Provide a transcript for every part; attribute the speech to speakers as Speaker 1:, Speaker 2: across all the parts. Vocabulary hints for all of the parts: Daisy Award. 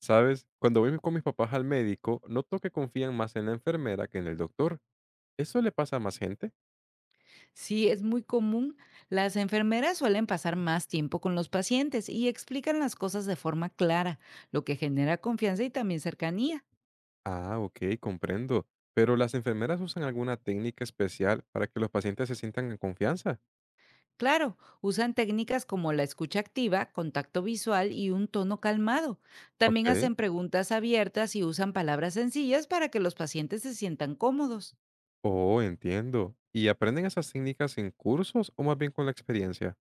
Speaker 1: ¿Sabes? Cuando voy con mis papás al médico, noto que confían más en la enfermera que en el doctor. ¿Eso le pasa a más gente?
Speaker 2: Sí, es muy común. Las enfermeras suelen pasar más tiempo con los pacientes y explican las cosas de forma clara, lo que genera confianza y también cercanía.
Speaker 1: Ah, ok, comprendo. Pero las enfermeras usan alguna técnica especial para que los pacientes se sientan en confianza.
Speaker 2: Claro, usan técnicas como la escucha activa, contacto visual y un tono calmado. También
Speaker 1: Ok.
Speaker 2: hacen preguntas abiertas y usan palabras sencillas para que los pacientes se sientan cómodos.
Speaker 1: Oh, entiendo. ¿Y aprenden esas técnicas en cursos o más bien con la experiencia?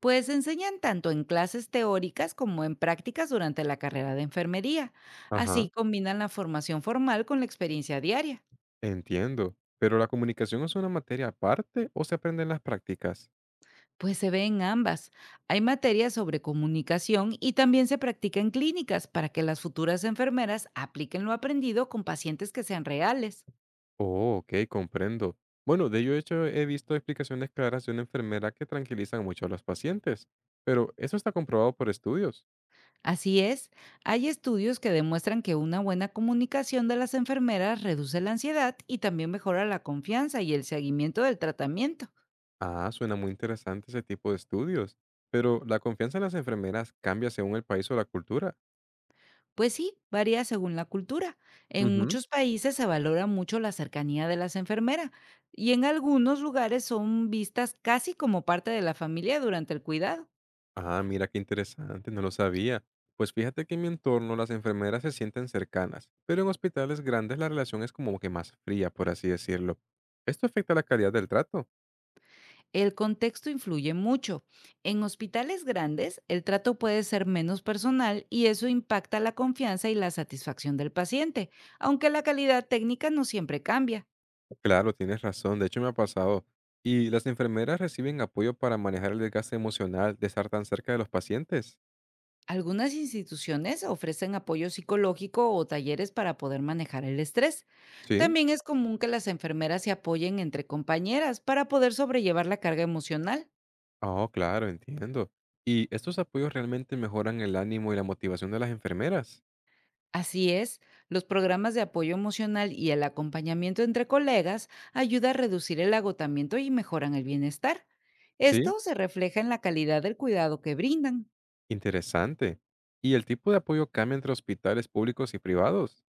Speaker 2: Pues enseñan tanto en clases teóricas como en prácticas durante la carrera de enfermería.
Speaker 1: Ajá.
Speaker 2: Así combinan la formación formal con la experiencia diaria.
Speaker 1: Entiendo. ¿Pero la comunicación es una materia aparte o se aprende en las prácticas?
Speaker 2: Pues se ve en ambas. Hay materias sobre comunicación y también se practica en clínicas para que las futuras enfermeras apliquen lo aprendido con pacientes que sean reales.
Speaker 1: Oh, ok, comprendo. Bueno, de ello hecho he visto explicaciones claras de una enfermera que tranquilizan mucho a los pacientes, pero eso está comprobado por estudios.
Speaker 2: Así es, hay estudios que demuestran que una buena comunicación de las enfermeras reduce la ansiedad y también mejora la confianza y el seguimiento del tratamiento.
Speaker 1: Ah, suena muy interesante ese tipo de estudios, pero ¿la confianza en las enfermeras cambia según el país o la cultura?
Speaker 2: Pues sí, varía según la cultura. En
Speaker 1: Ujú.
Speaker 2: muchos países se valora mucho la cercanía de las enfermeras y en algunos lugares son vistas casi como parte de la familia durante el cuidado.
Speaker 1: Ah, mira qué interesante, no lo sabía. Pues fíjate que en mi entorno las enfermeras se sienten cercanas, pero en hospitales grandes la relación es como que más fría, por así decirlo. ¿Esto afecta la calidad del trato?
Speaker 2: El contexto influye mucho. En hospitales grandes, el trato puede ser menos personal y eso impacta la confianza y la satisfacción del paciente, aunque la calidad técnica no siempre cambia.
Speaker 1: Claro, tienes razón. De hecho, me ha pasado. ¿Y las enfermeras reciben apoyo para manejar el desgaste emocional de estar tan cerca de los pacientes?
Speaker 2: Algunas instituciones ofrecen apoyo psicológico o talleres para poder manejar el estrés.
Speaker 1: Sí.
Speaker 2: También es común que las enfermeras se apoyen entre compañeras para poder sobrellevar la carga emocional.
Speaker 1: Oh, claro, entiendo. ¿Y estos apoyos realmente mejoran el ánimo y la motivación de las enfermeras?
Speaker 2: Así es, los programas de apoyo emocional y el acompañamiento entre colegas ayuda a reducir el agotamiento y mejoran el bienestar.
Speaker 1: Sí.
Speaker 2: Esto se refleja en la calidad del cuidado que brindan.
Speaker 1: Interesante. ¿Y el tipo de apoyo cambia entre hospitales públicos y privados?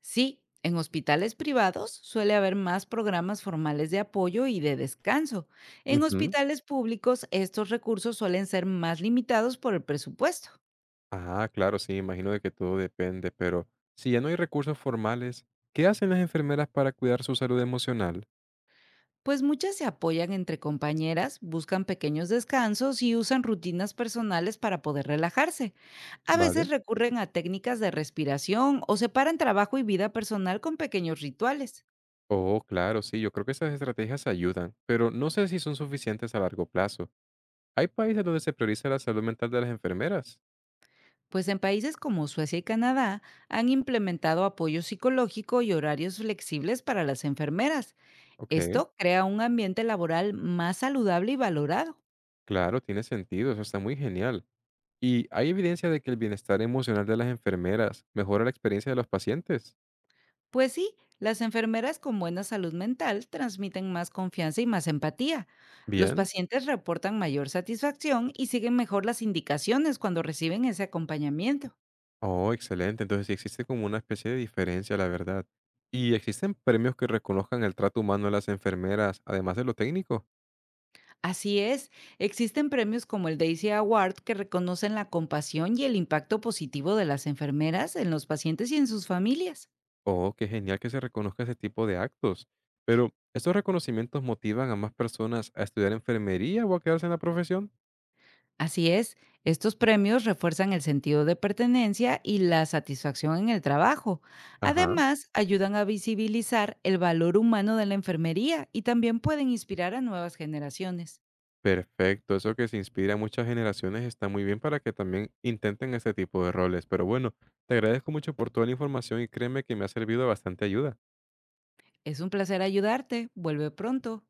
Speaker 2: Sí, en hospitales privados suele haber más programas formales de apoyo y de descanso. En
Speaker 1: Ujú.
Speaker 2: hospitales públicos estos recursos suelen ser más limitados por el presupuesto.
Speaker 1: Ah, claro, sí, imagino de que todo depende, pero si ya no hay recursos formales, ¿qué hacen las enfermeras para cuidar su salud emocional?
Speaker 2: Pues muchas se apoyan entre compañeras, buscan pequeños descansos y usan rutinas personales para poder relajarse. A veces
Speaker 1: Vale.
Speaker 2: recurren a técnicas de respiración o separan trabajo y vida personal con pequeños rituales.
Speaker 1: Oh, claro, sí, yo creo que esas estrategias ayudan, pero no sé si son suficientes a largo plazo. Hay países donde se prioriza la salud mental de las enfermeras.
Speaker 2: Pues en países como Suecia y Canadá han implementado apoyo psicológico y horarios flexibles para las enfermeras.
Speaker 1: Ok,
Speaker 2: Esto crea un ambiente laboral más saludable y valorado.
Speaker 1: claro, tiene sentido, eso está muy genial. ¿Y hay evidencia de que el bienestar emocional de las enfermeras mejora la experiencia de los pacientes?
Speaker 2: Pues sí, las enfermeras con buena salud mental transmiten más confianza y más empatía. Los
Speaker 1: Bien.
Speaker 2: pacientes reportan mayor satisfacción y siguen mejor las indicaciones cuando reciben ese acompañamiento.
Speaker 1: Oh, excelente, entonces sí existe como una especie de diferencia, la verdad. ¿Y existen premios que reconozcan el trato humano de las enfermeras, además de lo técnico?
Speaker 2: Así es, existen premios como el Daisy Award que reconocen la compasión y el impacto positivo de las enfermeras en los pacientes y en sus familias.
Speaker 1: Oh, qué genial que se reconozca ese tipo de actos. Pero, ¿estos reconocimientos motivan a más personas a estudiar enfermería o a quedarse en la profesión?
Speaker 2: Así es, estos premios refuerzan el sentido de pertenencia y la satisfacción en el trabajo.
Speaker 1: Ajá.
Speaker 2: Además, ayudan a visibilizar el valor humano de la enfermería y también pueden inspirar a nuevas generaciones.
Speaker 1: Perfecto, eso que se inspira a muchas generaciones está muy bien para que también intenten este tipo de roles. Pero bueno, te agradezco mucho por toda la información y créeme que me ha servido de bastante ayuda.
Speaker 2: Es un placer ayudarte. Vuelve pronto.